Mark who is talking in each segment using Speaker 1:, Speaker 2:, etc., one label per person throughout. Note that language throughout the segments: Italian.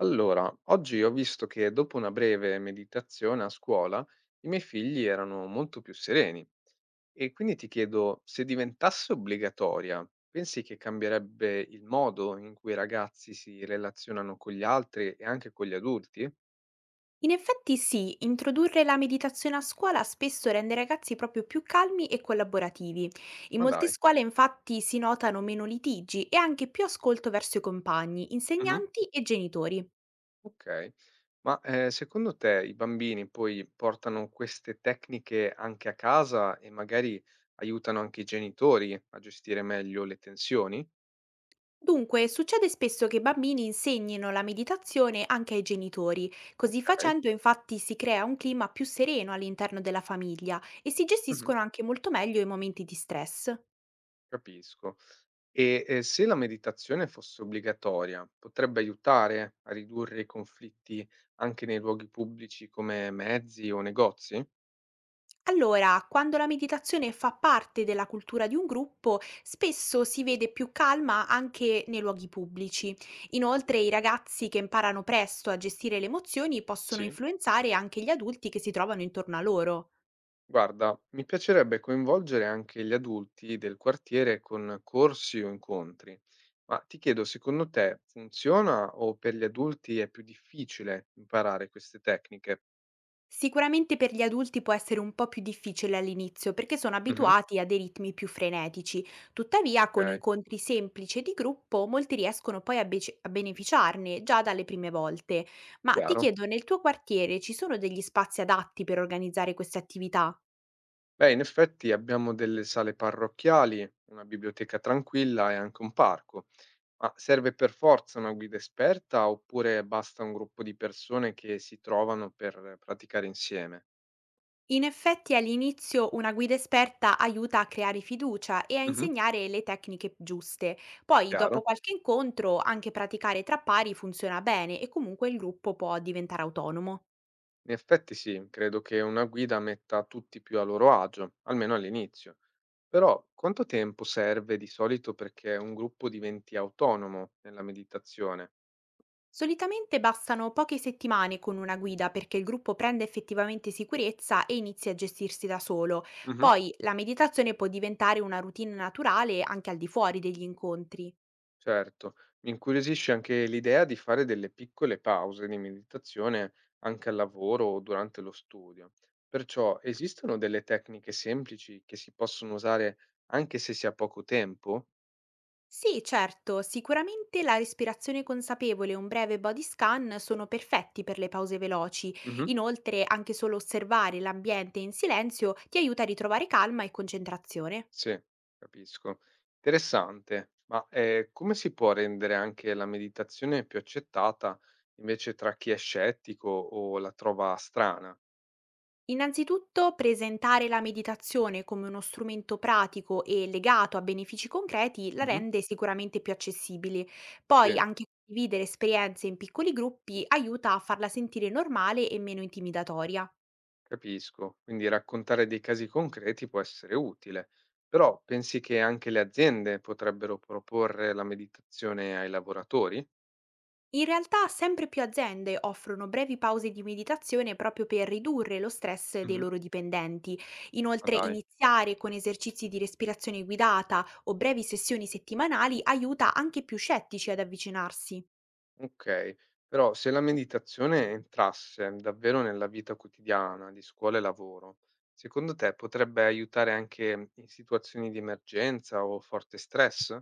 Speaker 1: Allora, oggi ho visto che dopo una breve meditazione a scuola i miei figli erano molto più sereni e quindi ti chiedo se diventasse obbligatoria, pensi che cambierebbe il modo in cui i ragazzi si relazionano con gli altri e anche con gli adulti?
Speaker 2: In effetti sì, introdurre la meditazione a scuola spesso rende i ragazzi proprio più calmi e collaborativi. In
Speaker 1: Ma
Speaker 2: molte
Speaker 1: dai.
Speaker 2: scuole infatti si notano meno litigi e anche più ascolto verso i compagni,
Speaker 1: Mhm.
Speaker 2: insegnanti e genitori.
Speaker 1: Ok, ma secondo te i bambini poi portano queste tecniche anche a casa e magari aiutano anche i genitori a gestire meglio le tensioni?
Speaker 2: Dunque, succede spesso che i bambini insegnino la meditazione anche ai genitori. Così
Speaker 1: Ok.
Speaker 2: facendo infatti si crea un clima più sereno all'interno della famiglia e si gestiscono anche molto meglio i momenti di stress.
Speaker 1: Capisco. Se la meditazione fosse obbligatoria, potrebbe aiutare a ridurre i conflitti anche nei luoghi pubblici come mezzi o negozi?
Speaker 2: Allora, quando la meditazione fa parte della cultura di un gruppo, spesso si vede più calma anche nei luoghi pubblici.
Speaker 1: Mhm.
Speaker 2: Inoltre, i ragazzi che imparano presto a gestire le emozioni possono
Speaker 1: Sì.
Speaker 2: influenzare anche gli adulti che si trovano intorno a loro.
Speaker 1: Guarda, mi piacerebbe coinvolgere anche gli adulti del quartiere con corsi o incontri, ma ti chiedo, secondo te funziona o per gli adulti è più difficile imparare queste tecniche?
Speaker 2: Sicuramente per gli adulti può essere un po' più difficile all'inizio perché sono
Speaker 1: Mhm.
Speaker 2: abituati a dei ritmi più frenetici, tuttavia con
Speaker 1: Ok,
Speaker 2: incontri semplici e di gruppo molti riescono poi a beneficiarne già dalle prime volte. Ma ti
Speaker 1: chiaro.
Speaker 2: chiedo, nel tuo quartiere ci sono degli spazi adatti per organizzare queste attività?
Speaker 1: Beh, in effetti abbiamo delle sale parrocchiali, una biblioteca tranquilla e anche un parco, ma serve per forza una guida esperta oppure basta un gruppo di persone che si trovano per praticare insieme?
Speaker 2: In effetti all'inizio una guida esperta aiuta a creare fiducia e a
Speaker 1: Mhm.
Speaker 2: insegnare le tecniche giuste. Poi, dopo
Speaker 1: Chiaro?
Speaker 2: qualche incontro, anche praticare tra pari funziona bene e comunque il gruppo può diventare autonomo.
Speaker 1: In effetti sì, credo che una guida metta tutti più a loro agio, almeno all'inizio. Però quanto tempo serve di solito perché un gruppo diventi autonomo nella meditazione?
Speaker 2: Solitamente bastano poche settimane con una guida perché il gruppo prende effettivamente sicurezza e inizia a gestirsi da solo.
Speaker 1: Mhm.
Speaker 2: Poi la meditazione può diventare una routine naturale anche al di fuori degli incontri.
Speaker 1: Certo, mi incuriosisce anche l'idea di fare delle piccole pause di meditazione anche al lavoro o durante lo studio. Perciò esistono delle tecniche semplici che si possono usare anche se si ha poco tempo?
Speaker 2: Sì, certo, sicuramente la respirazione consapevole e un breve body scan sono perfetti per le pause veloci.
Speaker 1: Mhm.
Speaker 2: Inoltre, anche solo osservare l'ambiente in silenzio ti aiuta a ritrovare calma e concentrazione.
Speaker 1: Sì, capisco. Interessante, ma come si può rendere anche la meditazione più accettata invece tra chi è scettico o la trova strana?
Speaker 2: Innanzitutto presentare la meditazione come uno strumento pratico e legato a benefici concreti la
Speaker 1: Mhm.
Speaker 2: rende sicuramente più accessibile.
Speaker 1: Sì.
Speaker 2: Poi anche condividere esperienze in piccoli gruppi aiuta a farla sentire normale e meno intimidatoria.
Speaker 1: Capisco, quindi raccontare dei casi concreti può essere utile, però pensi che anche le aziende potrebbero proporre la meditazione ai lavoratori?
Speaker 2: In realtà sempre più aziende offrono brevi pause di meditazione proprio per ridurre lo stress dei
Speaker 1: Mhm.
Speaker 2: loro dipendenti.
Speaker 1: Ma
Speaker 2: Inoltre
Speaker 1: dai,
Speaker 2: iniziare con esercizi di respirazione guidata o brevi sessioni settimanali aiuta anche i più scettici ad avvicinarsi.
Speaker 1: ok, però se la meditazione entrasse davvero nella vita quotidiana di scuola e lavoro, secondo te potrebbe aiutare anche in situazioni di emergenza o forte stress?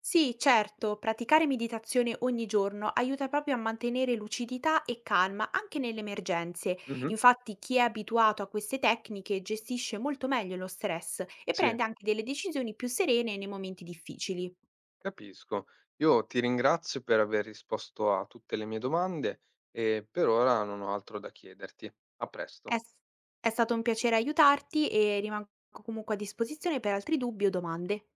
Speaker 2: Sì, certo, praticare meditazione ogni giorno aiuta proprio a mantenere lucidità e calma anche nelle emergenze.
Speaker 1: Mhm.
Speaker 2: Infatti, chi è abituato a queste tecniche gestisce molto meglio lo stress e
Speaker 1: Sì.
Speaker 2: prende anche delle decisioni più serene nei momenti difficili.
Speaker 1: Capisco. Io ti ringrazio per aver risposto a tutte le mie domande e per ora non ho altro da chiederti. A presto.
Speaker 2: È, è stato un piacere aiutarti e rimango comunque a disposizione per altri dubbi o domande.